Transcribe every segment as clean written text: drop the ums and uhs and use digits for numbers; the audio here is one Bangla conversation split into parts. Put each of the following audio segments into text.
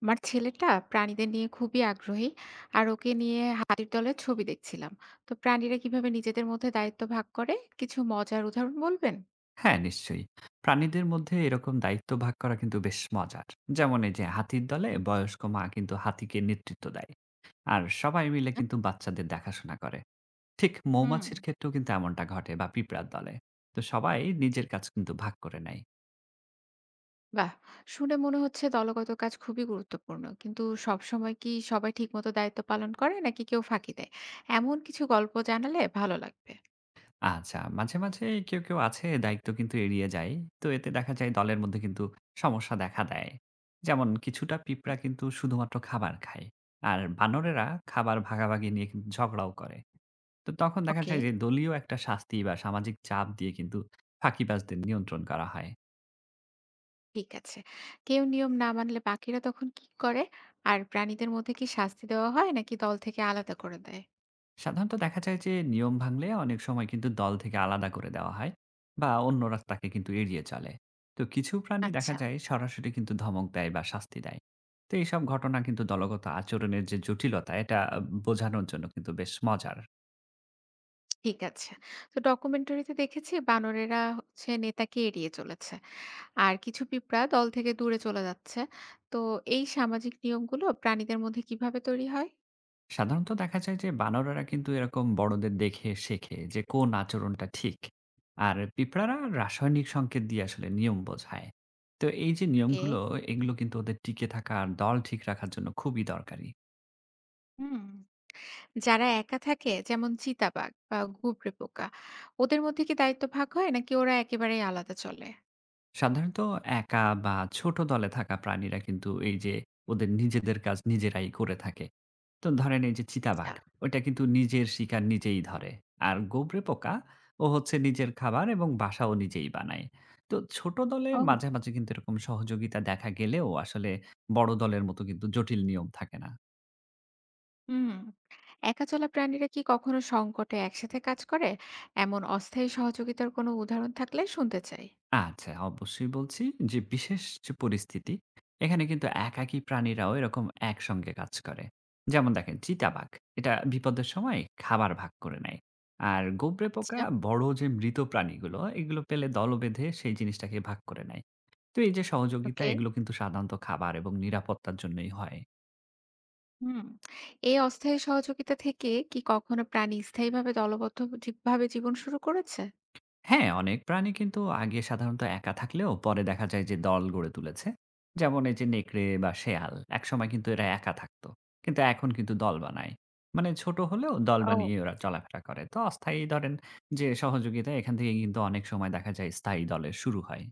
আমার ছেলেটা প্রাণীদের নিয়ে খুবই আগ্রহী, আর ওকে নিয়ে হাতির দলের ছবি দেখছিলাম। তো প্রাণীরা কিভাবে নিজেদের মধ্যে দায়িত্ব ভাগ করে, কিছু মজার উদাহরণ বলবেন? হ্যাঁ, নিশ্চয়ই। প্রাণীদের মধ্যে এরকম দায়িত্ব ভাগ করা কিন্তু বেশ মজার। যেমন এই যে হাতির দলে বয়স্ক মা কিন্তু হাতিকে নেতৃত্ব দেয়। আর সবাই মিলে হ্যাঁ? কিন্তু বাচ্চাদের দেখাশোনা করে। ঠিক হুম। মৌমাছির ক্ষেত্রেও কিন্তু এমনটা ঘটে বা পিঁপড়ার দলে। তো সবাই নিজের কাজ কিন্তু ভাগ করে নেয়। বাহ। শুনে মনে হচ্ছে দলগত কাজ খুবই গুরুত্বপূর্ণ, কিন্তু সবসময় কি সবাই ঠিকমতো দায়িত্ব পালন করে নাকি কেউ ফাঁকি দেয়? এমন কিছু গল্প জানালে ভালো লাগবে। আচ্ছা, মাঝে মাঝে কেউ আছে দায়িত্ব কিন্তু এড়িয়ে যায়। তো এতে দেখা যায় দলের মধ্যে কিন্তু সমস্যা দেখা দেয়। যেমন কিছুটা পিঁপড়া কিন্তু শুধুমাত্র খাবার খায়। আর বানরেরা খাবার ভাগাভাগি নিয়ে কিন্তু ঝগড়াও করে। তো তখন দেখা ওকে। যায় যে দলীয় একটা শাস্তি বা সামাজিক চাপ দিয়ে কিন্তু ফাঁকিবাজদের নিয়ন্ত্রণ করা হয়। ঠিক আছে। কেউ নিয়ম না মানলে বাকিরা তখন কি করে? আর প্রাণীদের মধ্যে কি শাস্তি দেওয়া হয় নাকি দল থেকে আলাদা করে দেয়? সাধারণত দেখা যায় যে নিয়ম ভাঙলে অনেক সময় কিন্তু দল থেকে আলাদা করে দেওয়া হয় বা অন্যরা তাকে কিন্তু এড়িয়ে চলে। তো কিছু প্রাণী দেখা আচ্ছা যায় সরাসরি কিন্তু ধমক দেয় বা শাস্তি দেয়। তো এইসব ঘটনা কিন্তু দলগত আচরণের যে জটিলতা এটা বোঝানোর জন্য কিন্তু বেশ মজার। ঠিক আছে। তো ডকুমেন্টারিতে দেখেছি বানরেরা হচ্ছে নেতাকে এড়িয়ে চলেছে। আর কিছু পিঁপড়া দল থেকে দূরে চলে যাচ্ছে। তো এই সামাজিক নিয়মগুলো প্রাণীদের মধ্যে কিভাবে তৈরি হয়? সাধারণত দেখা যায় যে বানরেরা কিন্তু এরকম বড়দের দেখে শেখে যে কোন আচরণটা ঠিক। আর পিঁপড়ারা রাসায়নিক সংকেত দিয়ে আসলে নিয়ম বোঝায়। তো এই যে ওকে। নিয়মগুলো এগুলো কিন্তু ওদের টিকে থাকা আর দল ঠিক রাখার জন্য খুবই দরকারি। হুম। যারা একা থাকে যেমন চিতাবাঘ বা ঘুবড়ে পোকা, ওদের মধ্যে কি দায়িত্ব ভাগ হয় নাকি ওরা একেবারেই আলাদা চলে? সাধারণত একা বা ছোট দলে থাকা প্রাণীরা কিন্তু এই যে ওদের নিজেদের কাজ নিজেরাই করে থাকে। তো ধরেন এই যে চিতাবাঘ, আচ্ছা। ওটা কিন্তু নিজের শিকার নিজেই ধরে। আর গোবরে পোকা ও হচ্ছে নিজের খাবার এবং বাসাও নিজেই বানায়। তো ছোট দলে ও। মাঝে মাঝে কিন্তু এরকম সহযোগিতা দেখা গেলেও আসলে বড় দলের মতো কিন্তু জটিল নিয়ম থাকে না। হুম। একা চলা প্রাণীরা কি কখনো সংকটে একসাথে কাজ করে? এমন অস্থায়ী সহযোগিতার কোনো উদাহরণ থাকলে শুনতে চাই। আচ্ছা, অবশ্যই বলছি যে বিশেষ যে পরিস্থিতি, এখানে কিন্তু একাকী প্রাণীরাও এরকম একসঙ্গে কাজ করে। যেমন দেখেন চিতাবাঘ, এটা বিপদের সময় খাবার ভাগ করে নেয়। আর গোবরে পোকা আচ্ছা। বড় যে মৃত প্রাণীগুলো, এগুলো পেলে দল বেঁধে সেই জিনিসটাকে ভাগ করে নেয়। তো এই যে সহযোগিতা, ওকে। এগুলো কিন্তু সাধারণত খাবার এবং নিরাপত্তার জন্যই হয়। হুম। এই অস্থায়ী সহযোগিতা থেকে কি কখনো প্রাণী স্থায়ীভাবে দলবদ্ধ জি ভাবে জীবন শুরু করেছে? হ্যাঁ, অনেক প্রাণী কিন্তু আগে সাধারণত একা থাকলেও পরে দেখা যায় যে দল গড়ে তুলেছে। যেমন এই যে নেকড়ে বা শেয়াল, একসময় কিন্তু এরা একা থাকতো। কিন্তু এখন কিন্তু দল বানায়। মানে ছোট হলেও দল ও। বানিয়ে ওরা চলাফেরা করে। তো অস্থায়ী ধরেন যে সহযোগিতা এখান থেকে কিন্তু অনেক সময় দেখা যায় স্থায়ী দলের শুরু হয়।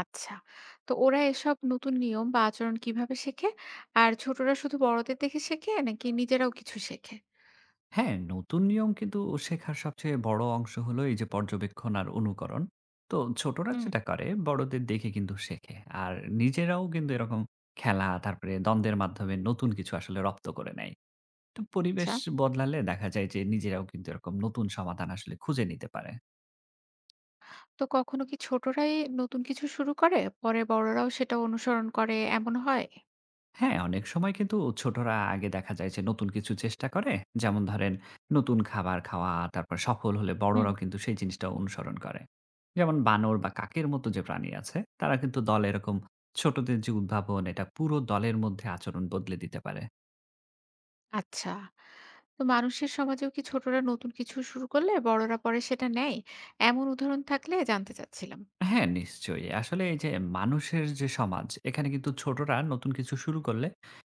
আচ্ছা। তো ওরা এসব নতুন নিয়ম বা আচরণ কিভাবে শেখে? আর ছোটরা শুধু বড়দের দেখে শেখে নাকি নিজেরাও কিছু শেখে? হ্যাঁ, নতুন নিয়ম কিন্তু শেখার সবচেয়ে বড় অংশ হলো এই যে পর্যবেক্ষণ আর অনুকরণ। তো ছোটরা হুম। যেটা করে বড়দের দেখে কিন্তু শেখে। আর নিজেরাও কিন্তু এরকম খেলা, তারপরে দ্বন্দ্বের মাধ্যমে নতুন কিছু আসলে রপ্ত করে নেয়। তো পরিবেশ আচ্ছা। বদলালে দেখা যায় যে নিজেরাও কিন্তু এরকম নতুন সমাধান আসলে খুঁজে নিতে পারে। তো কখনো কি ছোটরাই নতুন কিছু শুরু করে, পরে বড়রাও সেটা অনুসরণ করে এমন হয়? হ্যাঁ, অনেক সময় কিন্তু ছোটরা আগে দেখা যায় যে নতুন কিছু চেষ্টা করে। যেমন ধরেন নতুন খাবার খাওয়া, তারপর সফল হলে হুম। বড়রাও কিন্তু সেই জিনিসটা অনুসরণ করে। যেমন বানর বা কাকের মতো যে প্রাণী আছে, তারা কিন্তু দলে এরকম ছোটদের যে উদ্ভাবন এটা পুরো দলের মধ্যে আচরণ বদলে দিতে পারে। আচ্ছা। তো মানুষের সমাজেও কি ছোটরা নতুন কিছু শুরু করলে বড়রা পরে সেটা নেয়? এমন উদাহরণ থাকলে জানতে চাচ্ছিলাম। হ্যাঁ, নিশ্চয়ই। আসলে এই যে মানুষের যে সমাজ, এখানে কিন্তু ছোটরা নতুন কিছু শুরু করলে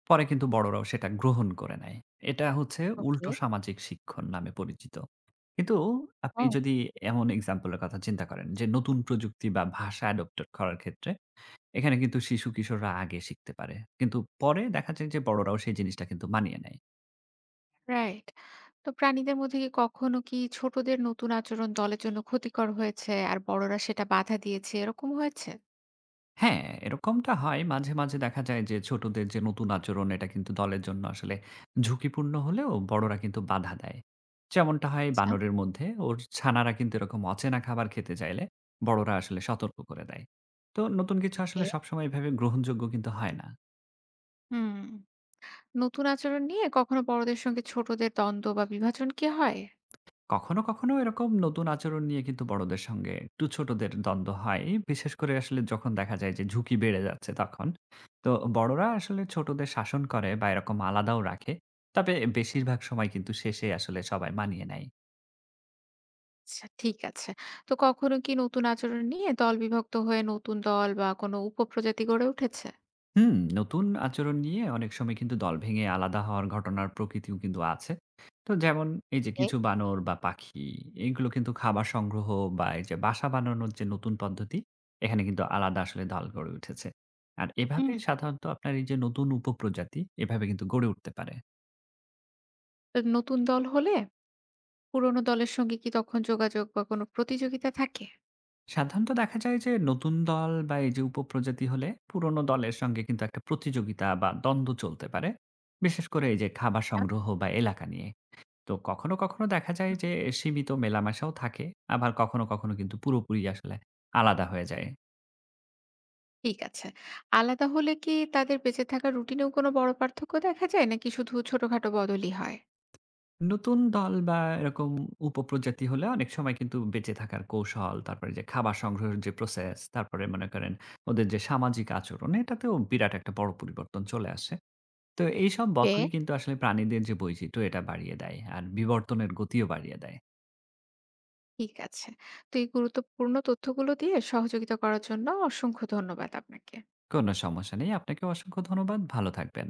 পরে কিন্তু বড়রাও সেটা গ্রহণ করে নেয়। এটা হচ্ছে উল্টো ওকে। সামাজিক শিক্ষণ নামে পরিচিত। কিন্তু আপনি যদি এমন এক্সাম্পল এর কথা চিন্তা করেন যে নতুন প্রযুক্তি বা ভাষা অ্যাডপ্টেড করার ক্ষেত্রে এখানে কিন্তু শিশু-কিশোররা আগে শিখতে পারে। কিন্তু পরে দেখা যায় যে বড়রাও সেই জিনিসটা কিন্তু মানিয়ে নেয়। রাইট। তো প্রাণীদের মধ্যে কি কখনো ছোটদের নতুন আচরণ দলের জন্য ক্ষতিকর হয়েছে আর বড়রা সেটা বাধা দিয়েছে এরকম হয়েছে? হ্যাঁ, এরকমটা হয়। মাঝে মাঝে দেখা যায় যে ছোটদের যে নতুন আচরণ এটা কিন্তু দলের জন্য আসলে ঝুঁকিপূর্ণ হলেও বড়রা কিন্তু বাধা দেয়। যেমনটা হয় আচ্ছা, বানরের মধ্যে ওর ছানারা কিন্তু এরকম অচেনা খাবার খেতে চাইলে বড়রা আসলে সতর্ক করে দেয়। তো নতুন কিছু আসলে ওকে। সবসময় এভাবে গ্রহণযোগ্য কিন্তু হয় না। হুম। নতুন আচরণ নিয়ে কখনো বড়দের সঙ্গে ছোটদের দ্বন্দ্ব বা বিভাজন কি হয়? কখনো কখনো এরকম নতুন আচরণ নিয়ে কিন্তু বড়দের সঙ্গে একটু ছোটদের দ্বন্দ্ব হয়। বিশেষ করে আসলে যখন দেখা যায় যে ঝুঁকি বেড়ে যাচ্ছে তখন। তো বড়রা আসলে ছোটদের শাসন করে বা এরকম আলাদাও রাখে। তবে বেশিরভাগ সময় কিন্তু শেষে আসলে সবাই মানিয়ে নেয়। আচ্ছা ঠিক আছে। তো কখনো কি নতুন আচরণ নিয়ে দল বিভক্ত হয়ে নতুন দল বা কোনো উপপ্রজাতি গড়ে উঠেছে? হুম, নতুন আচরণ নিয়ে অনেক সময় কিন্তু দল ভেঙে আলাদা হওয়ার ঘটনার প্রকৃতিও কিন্তু আছে। তো যেমন এই যে ওকে। কিছু বানর বা পাখি এগুলো কিন্তু খাবার সংগ্রহ বা এই যে বাসা বানানোর যে নতুন পদ্ধতি, এখানে কিন্তু আলাদা আসলে দল গড়ে উঠেছে। আর হুম। এভাবেই সাধারণত আপনার এই যে নতুন উপপ্রজাতি এভাবে কিন্তু গড়ে উঠতে পারে। তো নতুন দল হলে পুরোনো দলের সঙ্গে কি তখন যোগাযোগ বা কোনো প্রতিযোগিতা থাকে? সাধারণত দেখা যায় যে নতুন দল বা এই যে উপপ্রজাতি হলে পুরনো দলের সঙ্গে কিন্তু একটা প্রতিযোগিতা বা দ্বন্দ্ব চলতে পারে। বিশেষ করে এই যে খাবার সংগ্রহ বা এলাকা নিয়ে। তো কখনো কখনো দেখা যায় আচ্ছা। যে সীমিত মেলামেশাও থাকে। আবার কখনো কখনো কিন্তু পুরোপুরি আসলে আলাদা হয়ে যায়। ঠিক আছে। আলাদা হলে কি তাদের বেঁচে থাকার রুটিনেও কোনো বড় পার্থক্য দেখা যায়? নাকি শুধু ছোটখাটো বদলই হয়? নতুন দল বা এরকম উপপ্রজাতি হলে অনেক সময় কিন্তু বেঁচে থাকার কৌশল, তারপরে যে খাবার সংগ্রহের যে প্রসেস, তারপরে মনে করেন ওদের যে সামাজিক আচরণ, এটাতেও বিরাট একটা বড় পরিবর্তন চলে আসে। তো এইসব কে? বদলই কিন্তু আসলে প্রাণীদের যে বৈচিত্র্য, এটা বাড়িয়ে দেয়। আর বিবর্তনের গতিও বাড়িয়ে দেয়। ঠিক আছে। তো এই গুরুত্বপূর্ণ তথ্যগুলো দিয়ে সহযোগিতা করার জন্য অসংখ্য ধন্যবাদ আপনাকে। কোনো সমস্যা নেই। আপনাকেও অসংখ্য ধন্যবাদ। ভালো থাকবেন।